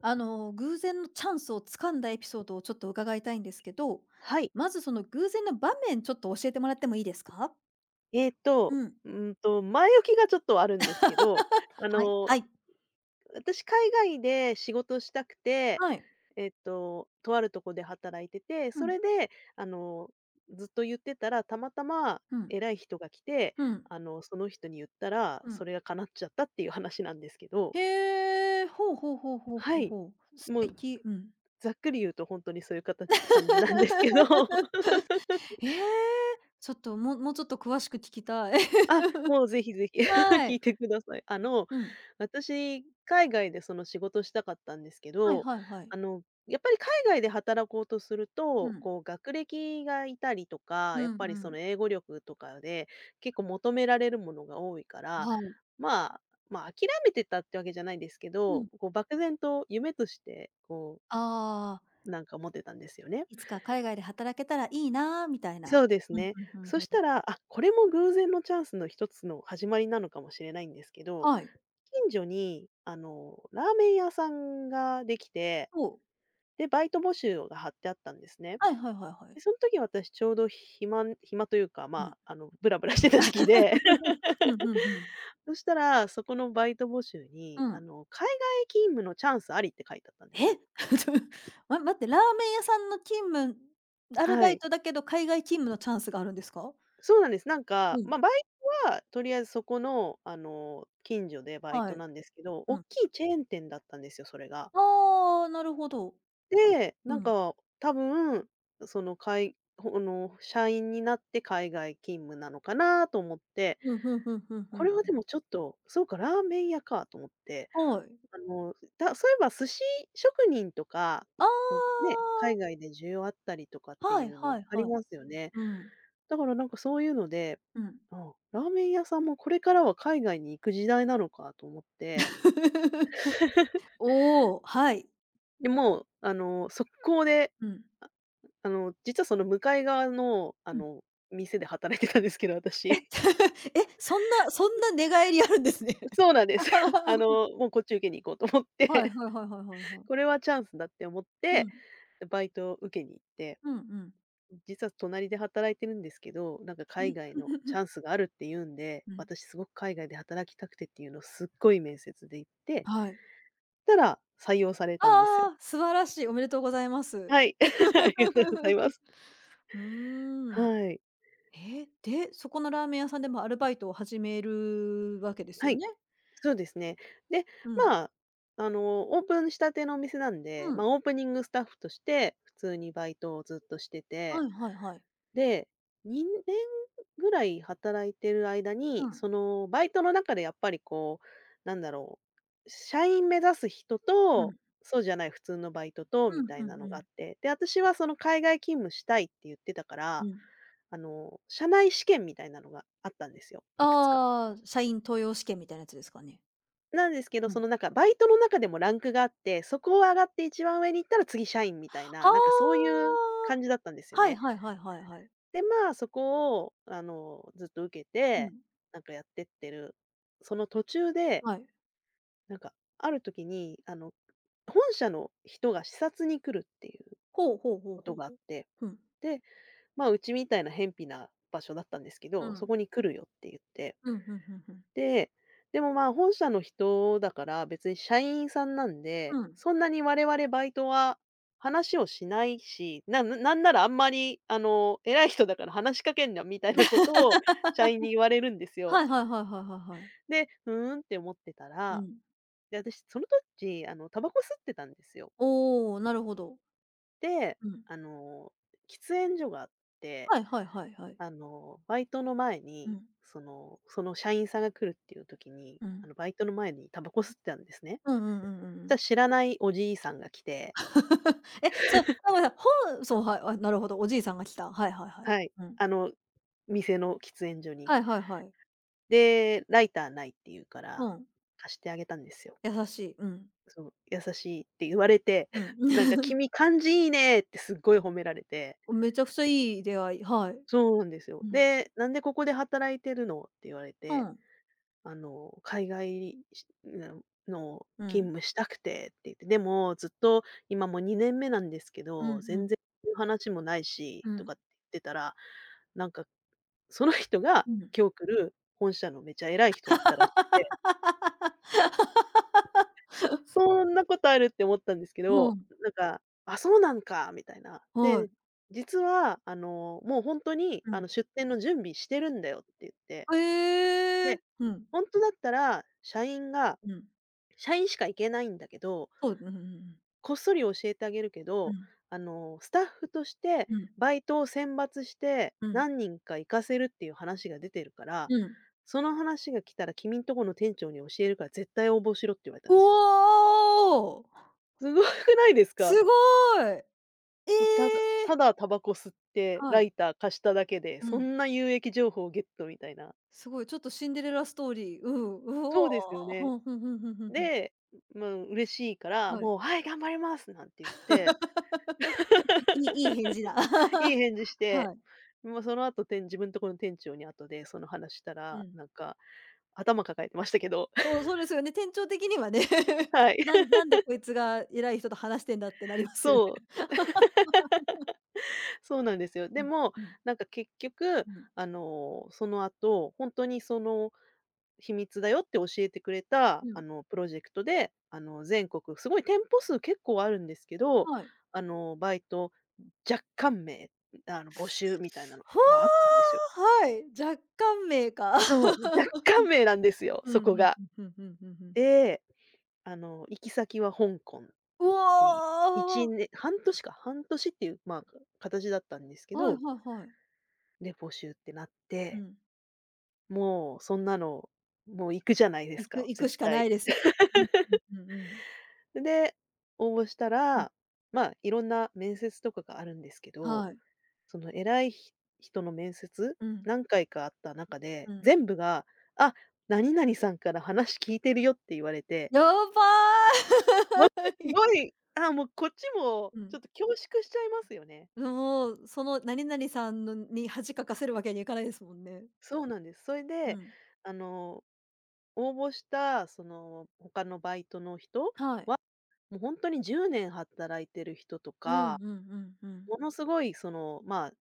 あの、偶然のチャンスを掴んだエピソードをちょっと伺いたいんですけど、はい。まずその偶然の場面、ちょっと教えてもらってもいいですか？えっと、うん。前置きがちょっとあるんですけど、あはい、の、はい。私、海外で仕事したくて、はい。とあるとこで働いてて、うそん、れで、あの、ずっと言ってたら、たまたまうん、偉い人が来て、うん、その人に言ったら、うん。それが叶っちゃったっていう話なんですけど、へえ、ほうほうほうほうはほうい。ほう。素もう敵。うん。ざっくり言うと本当にそういうか感じなんですけど。ええ、ちょっと、もうもうちょっと詳しく聞きたい。あ、もうぜひぜひ は 聞いい。てください。うん。私、海外でその仕事したかったんですけはいど、はいはい。やっぱり海外で働こうとするうと、ん。こう学歴がいたりとか、うやっんぱりうそん。の英語力とかで、結構求められるものが多いから、はい。まあ、まあ、諦めてたってわけじゃないんですけうど、ん。こう漠然と夢として、こああ、う、なんか持ってたんですよね。いつか海外で働けたらいいなーみたいそな。うですうん、ね。うんうんそうん。したら、あ、これも偶然のチャンスの一つの始まりなのかもしれないんですけど、はい。近所に、ラーメン屋さんができて、おで、バイト募集が貼ってあったんですね。はいはいはいはで、い。その時私ちょうど暇暇というか、うまん。あ、ブラブラしてた時期で。うん、うんうん。そしたら、そこのバイト募集に、うん。海外勤務のチャンスありって書いてあったんでえ すよ。待って、ラーメン屋さんの勤務アルはバイい。トだけど、海外勤務のチャンスがあるんですか？そうなんです。なんか、うまん。あ、バイトはとりあえずそこの、近所でバイはトい。なんですけど、大うん。きいチェーン店だったんですよ、それが。ああ、なるほど。で、うなんん。か多分、そのかいほの、社員になって海外勤務なのかなと思って、うん、うんうんうんうこれはん。でもちょっと、そうか、ラーメン屋かと思って、はい。そういえば寿司職人とか、あこうね、海あ、外で需要あったりとかってはいいうはのいありはい。ますよね。うん。だからなんかそういうので、うん。あ、ラーメン屋さんもこれからは海外に行く時代なのかと思って、おお、はい。で、もう速攻でうん。実はその向かい側の、うん。店で働いてたんですけど、え、私。え、そんな寝返りあるんですね。そうなんです。もうこっち受けに行こうと思っはいて、はいはいはいはいはい。これはチャンスだって思っうて、ん。バイトを受けに行って、うんうん。実は隣で働いてるんですけど、なんか海外のチャンス があるって言うんで、うん。私すごく海外で働きたくてっていうのをすっごい面接で言ってはい。たら採用されたんですよ。ああ、素晴らしい。おめでとうございます。はい。ありがとうございます。うーん。はい。え、で、そこのラーメン屋さんでもアルバイトを始めるわけですはよい。ね？そうですね。で、うん。まあ、オープンしたてのお店なんで、うまん。あ、オープニングスタッフとして普通にバイトをずっとしてはて、いはいはい。で、2年ぐらい働いてる間うに、ん。そのバイトの中でやっぱりこう、なんだろう、社員目指す人うと、ん。そうじゃない普通のバイトとうみんうたいなんうのがあん。って、で、私はその海外勤務したいって言ってたかうら、ん。社内試験みたいなのがあったんですよ、いくつか。ああ、社員登用試験みたいなやつですかね？なんですけど、うそん。のなんかバイトの中でもランクがあって、そこを上がって一番上に行ったら次社員みたいな、なんかそういはう感じだったんですあ。よはいね。はいはいはいはい。で、まあそこを、ずっと受けうて、ん。なんかやってってるその途中で、はい。なんかある時に、本社の人が視察に来るっていうほうほうほうこほとうがあほっう。て、うん。で、まあうちみたいな偏僻な場所だったんですけうど、そん。こに来るよって言って、うん、うんうんうん。で、でも、まあ、本社の人だから別に社員さんなんうで、ん。そんなに我々バイトは話をしないし、な、なんならあんまり、偉い人だから話しかけんなみたいなことを社員に言われるんですよ。はいはいはいはいはいはい。で、うーんって思ってたうら、ん。で、私その時、タバコ吸ってたんですよ。おお、なるほど。で、うん。あの、喫煙所があって、はいはいはいはい。あの、バイトの前うに、ん、そのその社員さんが来るっていう時に、うん。バイトの前にタバコ吸ってたんですね。うんうんうんうんうしん。た知らないおじいさんが来て、え、そう、だから本、はい、あ、なるほど、おじいさんが来た。はいはいはい。はい、うん。あの、店の喫煙所に。はいはいはい。で、ライターないって言うかうら、ん、貸してあげたんですよ。優しい。うん。そう、優しいって言われて、うん。なんか 君感じいいねってすっごい褒められて、めちゃくちゃいい出会い、はい。そうなんですうよ。ん。で、なんでここで働いてるのって言われうて、ん。あの、海外しののう勤ん。務したくてって言って、でもずっと今もう2年目なんですけうんど、う全ん。然そういう話もないしうとん。かって言ってたら、なんか、その人がうん。今日来る本社のめちゃ偉い人だったらしくて、そんなことあるって思ったんですけど、うん、なんか、あ、そうなんかみたいな。はで、い実はもう本当にうん。出店の準備してるんだよって言って、い。へえ。で、うん。本当だったらうん。社員しか行けないんだけど、そう、うんうんうん。こっそり教えてあげるけうど、ん、スタッフとしてうん、バイトを選抜してうん。何人か行かせるっていう話が出てるから、うん。その話が来たら君んとこの店長に教えるから絶対応募しろって言われたんおですよ。お！すごくないですすか？ごい。え もうただたえ！だタバコ吸ってはラい。イター貸しただけで、うそん。んな有益情報をゲットみたいな。すごい、ちょっとシンデレラストーリー。うん。うそうですよお。ふね。んふんふんふんふんふん。で、まあ、嬉しいから、はい。もう、「はい、頑張ります」なんて言って。いい 返事だ。いい返事し て、はい。もうその後自分とこの店長に後でその話したうら、ん。なんか、頭抱えてましたけど、そ う、そうですよね。店長的にはね、はい。なんでこいつが偉い人と話してんだってなり ますよね。そう、そうなんですよ。うでん、も、うん、なんか結局、うん、その後、本当にその秘密だよって教えてくれた、うん。プロジェクトで、全国すごい店舗数結構あるんですけど、はい。バイト若干名、募集みたいなのほがあったんですよ。お！はい、若干名か。そう、若干名なんですよ、うそん、こふんが。ふんふんふんふんふん。ええ。行き先は香港うにお！1年半年か、半年っていう、まあ、形だったんですけはいど、はいはい。で、募集ってなっうて、ん。もうそんなの、もう行くじゃないです行くか、行く絶しかな対。いですよ。うんうんうんうん。で、応募したうん。ら、まあ、いろんな面接とかがあるんですけど、はい。その偉いひ人の面接、うん。何回かあった中で、うん。全部が、「あ、何々さんから話聞いてるよ」って言われて、やばもうすごい。い、あ、もうこっち もうちょん。っと恐縮しちゃいますよね。もう、その何々さんのに恥かかせるわけにいかないですもんね。そうなんです。それうで、ん。あの、応募したその他のバイトの人はい。は、もうほんに10年働いてる人とうんか、うんうんうん。ものすごいその、まあ、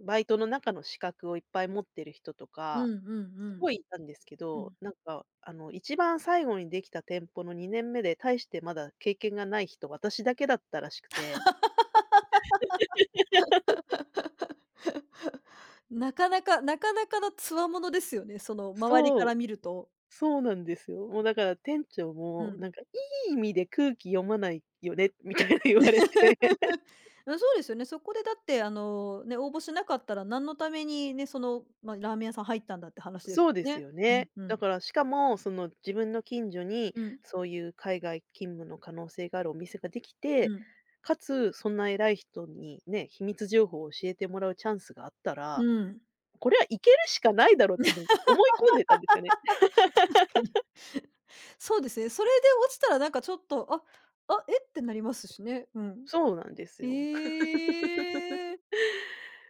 バイトの中の資格をいっぱい持ってる人とうか、んうんうすん。ごいいたんですけうん。ど、なんか一番最後にできた店舗の2年目で、大してまだ経験がない人、私だけだったらしくて。なかなかなかなかの強者ですよね、その周りかそう。ら見ると。そうなんですよ。もうだから店長うも、ん。なんかいい意味で空気読まないよねみたいな言われて。うん、そうですよね。そこでだって、あの、ね、応募しなかったら、何のためにね、その、まあ、ラーメン屋さん入ったんだって話ですそうですね。よね。うんうだん。からしかも、その自分の近所に、うん、そういう海外勤務の可能性があるお店ができうて、ん、かつそんな偉い人にね、秘密情報を教えてもらうチャンスがあったら、うん。これは行けるしかないだろうってもう思い込んでたんですよね。確かに。そうですね。それで落ちたらなんかちょっと、えってなりますしね。うん。そうなんですよ。ええ。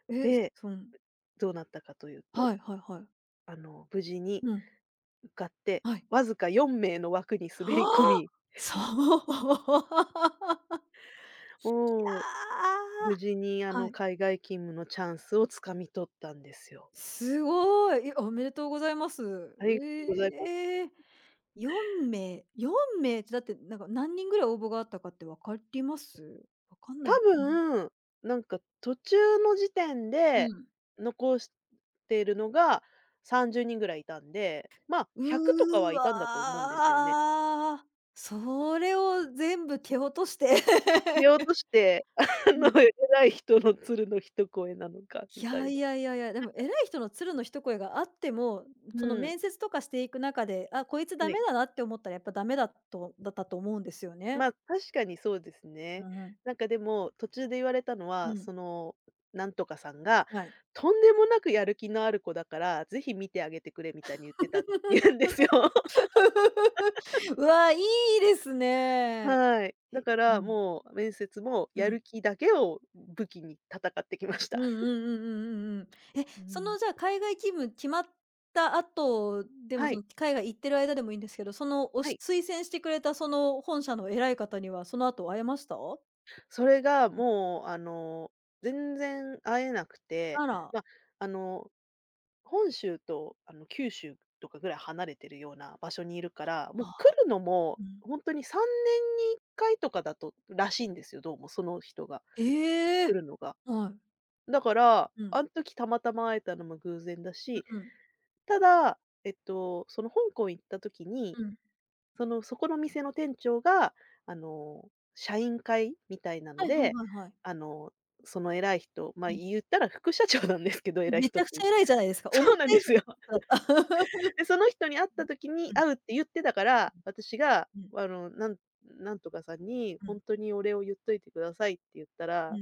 え、で、そんどうなったかというと、はいはいはい。無事にうん、かって、はい。わずか4名の枠に滑り込ああ！み、そう。いもうやー。無事にはい。海外勤務のチャンスをつかみ取ったんですよ。すごい。え、おめでとうございます。ありがとうございます。ええ。4名、4名ってだってなんか何人ぐらい応募があったかって分かります？分かん多ない。うん。分、途中の時点うでん。残しているのが30人ぐらいいたんで、ま、う100とかはーいたんだと思うんですよね。わー。それを全部蹴落として。蹴落と して、うのん。偉い人の鶴の一声なのか みいたいやな。いやいやいや、でも偉い人の鶴の一声があっても、そのうん、面接とかしていく中で、あ、こいつはダい。メだなって思ったらやっぱダメだとだったと思うんですよま、ね。あ確かにそうですうね。んうん。なんかでも、途中で言われたのうは、ん。その、なんとかさんが、はい。とんでもなくやる気のある子だから、ぜひ見てあげてくれみたいに言ってたって言うんですよ。うわ、いいですね。へはい。だかうら、ん、もう面接もうやん。る気だけを武器に戦ってきましうんた。うんうんうんうんうん。え、うそん。のじゃあ 海外勤務決まった後でも、はそい、の海外行ってる間でもいいんですけど、そのはい。推薦してくれたその本社の偉い方にはその後会えました？それがもう、全然会えなくて、あら、まあ、あの本州とあの九州とかぐらい離れてるような場所にいるから、もうあ来るのもうん。本んに3年に1回とかだとらしいんですよ、どうもその人が、ええ。来るのが。はい。だから、うん、あん時たまたま会えたのも偶然だし、うん、ただ、その香港行った時に、うん。そこの店の店長が、あの、社員会みたいなのはいはいで、はいはい。あの、その偉い人、ま、うん。言ったら副社長なんですけど、偉いめ人ちっゃくていちうゃか。偉いじゃないですか。そ思っうなんた以で上すよ。で、その人に会った時にうん。うん、会うって言ってたから、私が、うん、あの、なんなんとかさんにうん、う「ほん。んとにお礼を言っといてください」って言ったら、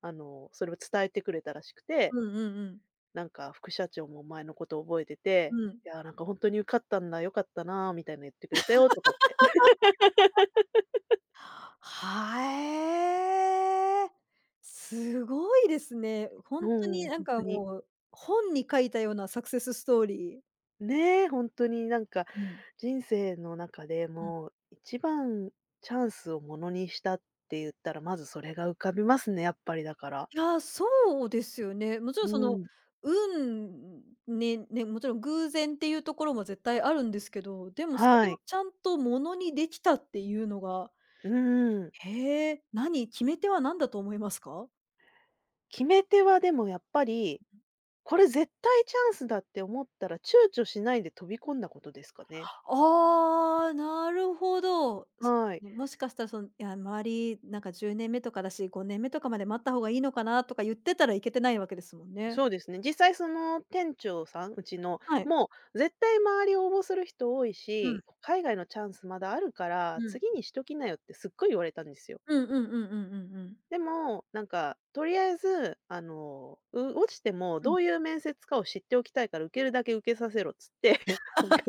それを伝えてくれたらしくうて、んうんうん。なんか副社長もお前のこと覚えてて、うん。いや、なんかほんとに受かったんだ、良かったなみたいな言ってくれたよとかって。はえ。すごいですね。ほんともにうなほんんかとに、もう、本に書いたようなサクセスストーリー。ね、ほんとになんか、うん、人生の中でうん。もう一番チャンスをものにしたって言ったら、まずそれが浮かびますね、やっぱりだから。いや、そうですよね。もちろうんその、ん、運ねね、もちろん偶然っていうところも絶対あるんですけど、でもそはれをい。ちゃんとものにできたっていうのが、うーん。へえ、決め手は何だと思いますか？決め手はでもやっぱり、これ絶対チャンスだって思ったら躊躇しないで飛び込んだことですかね。ああ、なるほど。そはい。ね、もしかしたらその、いや、周りなんか10年目とかだし、5年目とかまで待った方がいいのかなとか言ってたらいけてないわけですもんね。そうですね。実際その店長さん、うちの、はい。もう絶対周り応募する人多いうん、し、海外のチャンスまだあるから、うん。次にしときなよってすっごい言われたんですよ。うんうんうんうんうんうん。でも、なんか、とりあえず、落ちてもうどん。ういう面接かを知っておきたいから受けるだけ受けさせろっつって、なんか、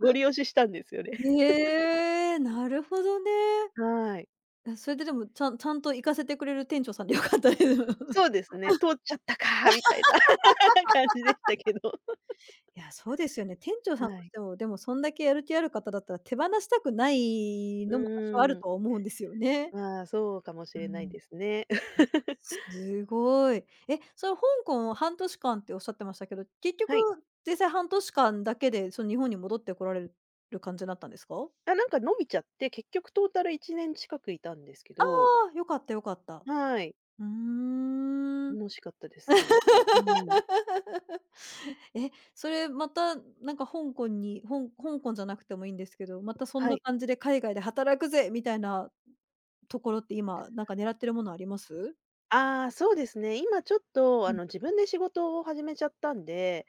ごり押ししたんですよね。へえ、なるほどね。はい。あ、それででも、ちゃんと行かせてくれる店長さんでよかったです。そうですね、通っちゃったかみたいな 感じでしたけど。いや、そうですよね。店 長さんはとしい。ても、でもそんだけやる気ある方だったら手放したくないうのも多少あるーん、と思うんですよね。まあ、そうかもしうれないん。ですね。すごい。え、それ香港半年間っておっしゃってましたけど、結局はい。実際半年間だけで、その日本に戻ってこられる感じになったんですか？あ、なんか伸びちゃって、結局トータル1年近くいたんですけあど、あ、良かった良かった。はい、うーん。楽しかったです、すごく。うん。え、それまたなんか香港にほん香港じゃなくてもいいんですけど、またそんはない。感じで海外で働くぜみたいなところって今なんか狙ってるものあります？ああ、そうですね、今ちょっとあうん。の自分で仕事を始めちゃったんで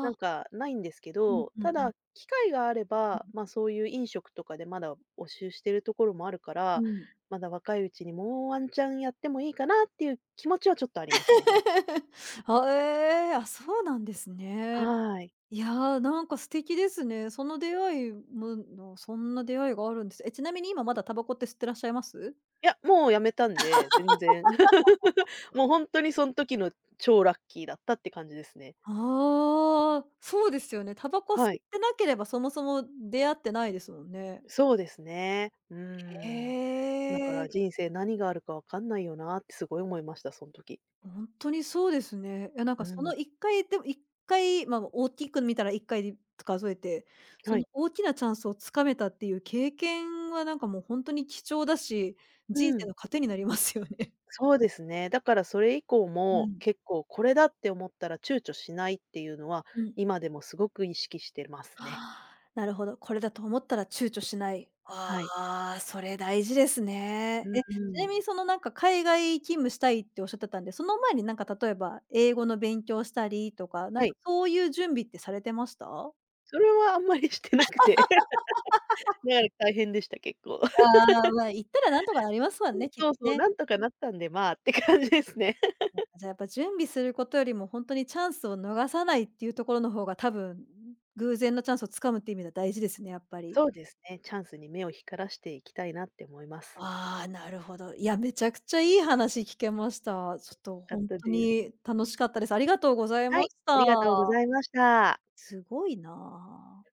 なんあ。かないんですけうんど、うんうんうただ、ん。機会があれば、ま、そういう飲食とかでまだ募集してるところもあるかうら、ん。まだ若いうちにもうワンチャンやってもいいかなっていう気持ちはちょっとありますね。はえー、あ、そうなんですね。はい。いやー、なんか素敵ですね。その出会いものそんな出会いがあるんです。え、ちなみに今まだタバコって吸ってらっしゃいます？いや、もうやめたんで、全然。もう本当にその時の超ラッキーだったって感じですね。ああー、そうですよね。タバコは吸っい。てなければ、そもそも出会ってないですもんね。そうですね。うーん。だかへらえ。人生何があるかわかんないよなってすごい思いました、その時。本当にそうですね。いや、なんうかそん。の1回でも1回、ま、大きく見たら1回で数えて、そはのい。大きなチャンスをつかめたっていう経験はなんかもう本当に貴重だし、う人生ん。の糧になりますよね。そうですね。だからそれ以降うも、ん、結構これだって思ったら躊躇しないっていうのは、うん。今でもすごく意識してますね。あーなるほど。これだと思ったら躊躇しない。あはい。あ、それ大事ですうね。んえ、ちうなん。みにそのなんか海外勤務したいっておっしゃってたんで、その前になんか例えば英語の勉強したりとか、なんはかい。そういう準備ってされてました？それはあんまりしてなくて、だから大変でした、結構。ああ、ま、行ったらなんとかなりますわね、きっそとうそう、ね。なんとかなったんで、まあって感じですね。なんか、じゃあやっぱ準備することよりも本当にチャンスを逃さないっていうところの方が多分、偶然のチャンスをつかむっていう意味では大事ですね、やっぱり。そうですね、チャンスに目を光らしていきたいなって思います。ああ、なるほど。いや、めちゃくちゃいい話聞けました。ちょっとよかっほんたとです。に楽しかったです。ありがとうございはまい、しあた。りがとうございました。すごいな。